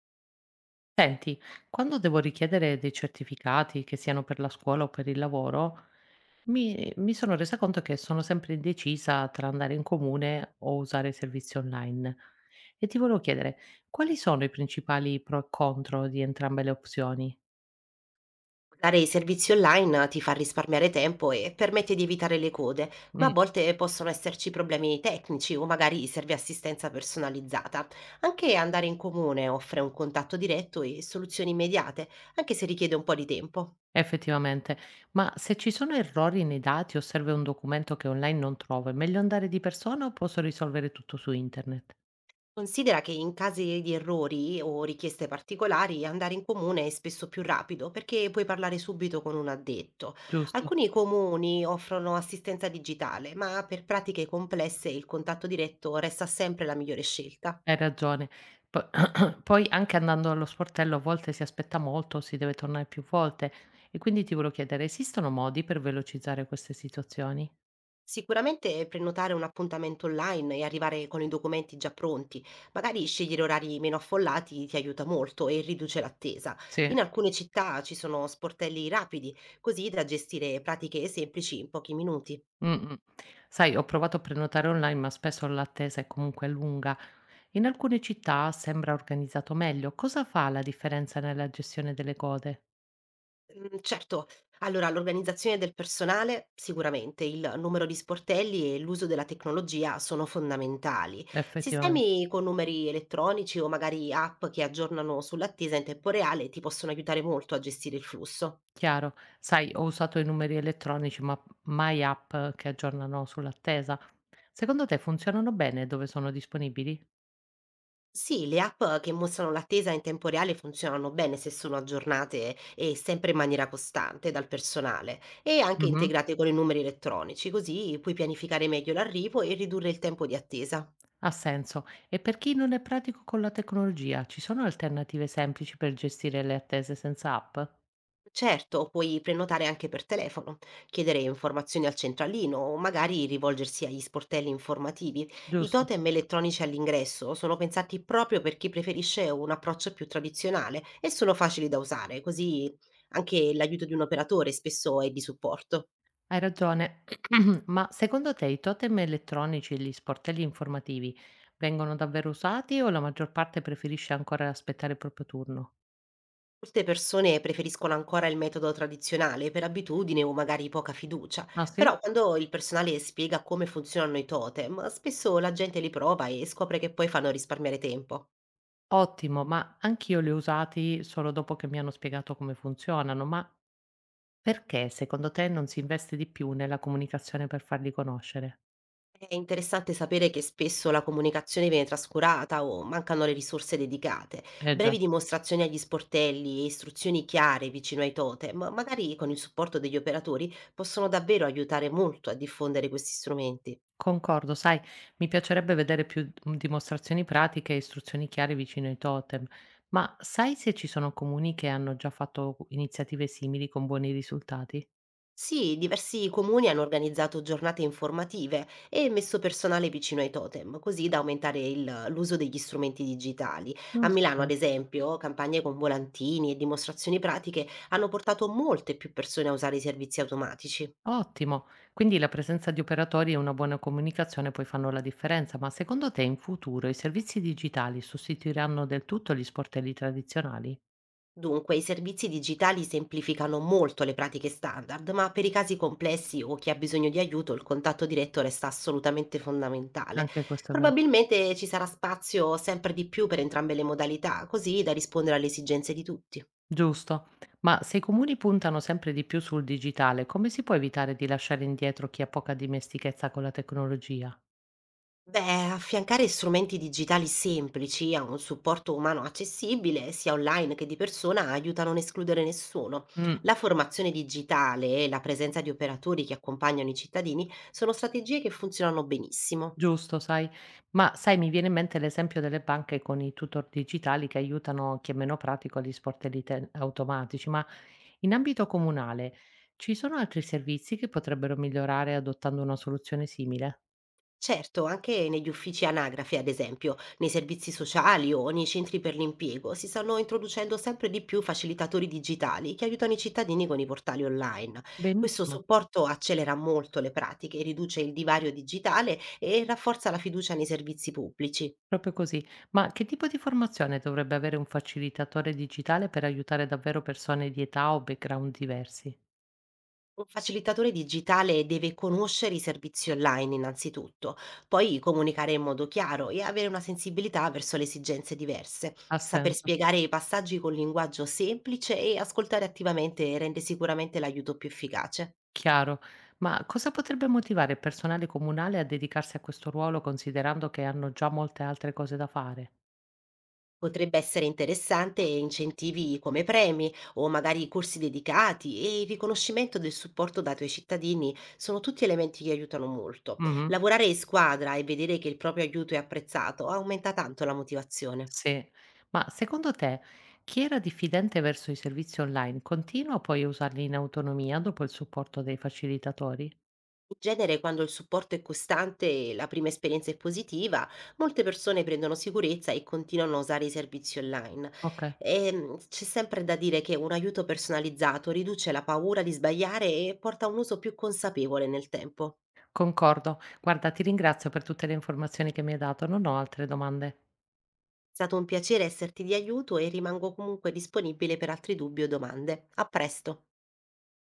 Senti, quando devo richiedere dei certificati, che siano per la scuola o per il lavoro, mi sono resa conto che sono sempre indecisa tra andare in comune o usare i servizi online. E ti volevo chiedere, quali sono i principali pro e contro di entrambe le opzioni? Dare i servizi online ti fa risparmiare tempo e permette di evitare le code, ma a Mm, volte possono esserci problemi tecnici o magari serve assistenza personalizzata. Anche andare in comune offre un contatto diretto e soluzioni immediate, anche se richiede un po' di tempo. effettivamente, ma se ci sono errori nei dati o serve un documento che online non trovo, è meglio andare di persona o posso risolvere tutto su internet? Considera che in casi di errori o richieste particolari andare in comune è spesso più rapido perché puoi parlare subito con un addetto. Giusto? Alcuni comuni offrono assistenza digitale, ma per pratiche complesse il contatto diretto resta sempre la migliore scelta. Hai ragione. Po poi anche andando allo sportello a volte si aspetta molto, si deve tornare più volte, e quindi ti volevo chiedere, esistono modi per velocizzare queste situazioni? Sicuramente prenotare un appuntamento online e arrivare con i documenti già pronti, magari scegliere orari meno affollati ti aiuta molto e riduce l'attesa. Sì, In alcune città ci sono sportelli rapidi, così da gestire pratiche semplici in pochi minuti. mh-mh. Sai, ho provato a prenotare online, ma spesso l'attesa è comunque lunga. In alcune città sembra organizzato meglio. Cosa fa la differenza nella gestione delle code? Mhmm, certo. Allora, l'organizzazione del personale sicuramente, il numero di sportelli e l'uso della tecnologia sono fondamentali. Effettivamente. Sistemi con numeri elettronici o magari app che aggiornano sull'attesa in tempo reale ti possono aiutare molto a gestire il flusso. Chiaro. Sai, ho usato i numeri elettronici, ma mai app che aggiornano sull'attesa. Secondo te funzionano bene dove sono disponibili? Sì, le app che mostrano l'attesa in tempo reale funzionano bene se sono aggiornate e sempre in maniera costante dal personale e anche Mhm. integrate con i numeri elettronici, così puoi pianificare meglio l'arrivo e ridurre il tempo di attesa. Ha senso. E per chi non è pratico con la tecnologia, ci sono alternative semplici per gestire le attese senza app? Certo, puoi prenotare anche per telefono, chiedere informazioni al centralino o magari rivolgersi agli sportelli informativi. I Giusto. totem elettronici all'ingresso sono pensati proprio per chi preferisce un approccio più tradizionale e sono facili da usare, così anche l'aiuto di un operatore spesso è di supporto. Hai ragione, ma secondo te i totem elettronici e gli sportelli informativi vengono davvero usati, o la maggior parte preferisce ancora aspettare il proprio turno? Molte persone preferiscono ancora il metodo tradizionale per abitudine o magari poca fiducia, Ah sì? però quando il personale spiega come funzionano i totem, spesso la gente li prova e scopre che poi fanno risparmiare tempo. Ottimo, ma anch'io li ho usati solo dopo che mi hanno spiegato come funzionano, ma perché secondo te non si investe di più nella comunicazione per farli conoscere? È interessante sapere che spesso la comunicazione viene trascurata o mancano le risorse dedicate. Eh già. Brevi dimostrazioni agli sportelli e istruzioni chiare vicino ai totem, ma magari con il supporto degli operatori, possono davvero aiutare molto a diffondere questi strumenti. Concordo, sai, mi piacerebbe vedere dimostrazioni pratiche e istruzioni chiare vicino ai totem, ma sai se ci sono comuni che hanno già fatto iniziative simili con buoni risultati? Sì, diversi comuni hanno organizzato giornate informative e messo personale vicino ai totem, così da aumentare l'uso degli strumenti digitali. A Non so. Milano, ad esempio, campagne con volantini e dimostrazioni pratiche hanno portato molte più persone a usare i servizi automatici. Ottimo, quindi la presenza di operatori e una buona comunicazione poi fanno la differenza, ma secondo te in futuro i servizi digitali sostituiranno del tutto gli sportelli tradizionali? Dunque, i servizi digitali semplificano molto le pratiche standard, ma per i casi complessi o chi ha bisogno di aiuto, il contatto diretto resta assolutamente fondamentale. Anche questo è vero. Probabilmente ci sarà spazio sempre di più per entrambe le modalità, così da rispondere alle esigenze di tutti. Giusto, ma se i comuni puntano sempre di più sul digitale, come si può evitare di lasciare indietro chi ha poca dimestichezza con la tecnologia? Beh, affiancare strumenti digitali semplici a un supporto umano accessibile, sia online che di persona, aiuta a non escludere nessuno. Mm, La formazione digitale e la presenza di operatori che accompagnano i cittadini sono strategie che funzionano benissimo. giusto, sai, mi viene in mente l'esempio delle banche con i tutor digitali che aiutano chi è meno pratico agli automatici, ma in ambito comunale, ci sono altri servizi che potrebbero migliorare adottando una soluzione simile? Certo, anche negli uffici anagrafe, ad esempio, nei servizi sociali o nei centri per l'impiego, si stanno introducendo sempre di più facilitatori digitali che aiutano i cittadini con i portali online. Questo Benissimo, supporto accelera molto le pratiche, riduce il divario digitale e rafforza la fiducia nei servizi pubblici. proprio così. Ma che tipo di formazione dovrebbe avere un facilitatore digitale per aiutare davvero persone di età o background diversi? Un facilitatore digitale deve conoscere i servizi online innanzitutto, poi comunicare in modo chiaro e avere una sensibilità verso le esigenze diverse. Ha Saper senso. spiegare i passaggi con linguaggio semplice e ascoltare attivamente rende sicuramente l'aiuto più efficace. Chiaro, ma cosa potrebbe motivare il personale comunale a dedicarsi a questo ruolo considerando che hanno già molte altre cose da fare? Potrebbe essere interessante incentivi come premi o magari corsi dedicati e il riconoscimento del supporto dato ai cittadini sono tutti elementi che aiutano molto. Lavorare in squadra e vedere che il proprio aiuto è apprezzato aumenta tanto la motivazione. Sì. Ma secondo te chi era diffidente verso i servizi online continua poi a usarli in autonomia dopo il supporto dei facilitatori? In genere, quando il supporto è costante e la prima esperienza è positiva, molte persone prendono sicurezza e continuano a usare i servizi online. Okay, C'è sempre da dire che un aiuto personalizzato riduce la paura di sbagliare e porta a un uso più consapevole nel tempo. concordo. Guarda, ti ringrazio per tutte le informazioni che mi hai dato, non ho altre domande. È stato un piacere esserti di aiuto e rimango comunque disponibile per altri dubbi o domande. A presto!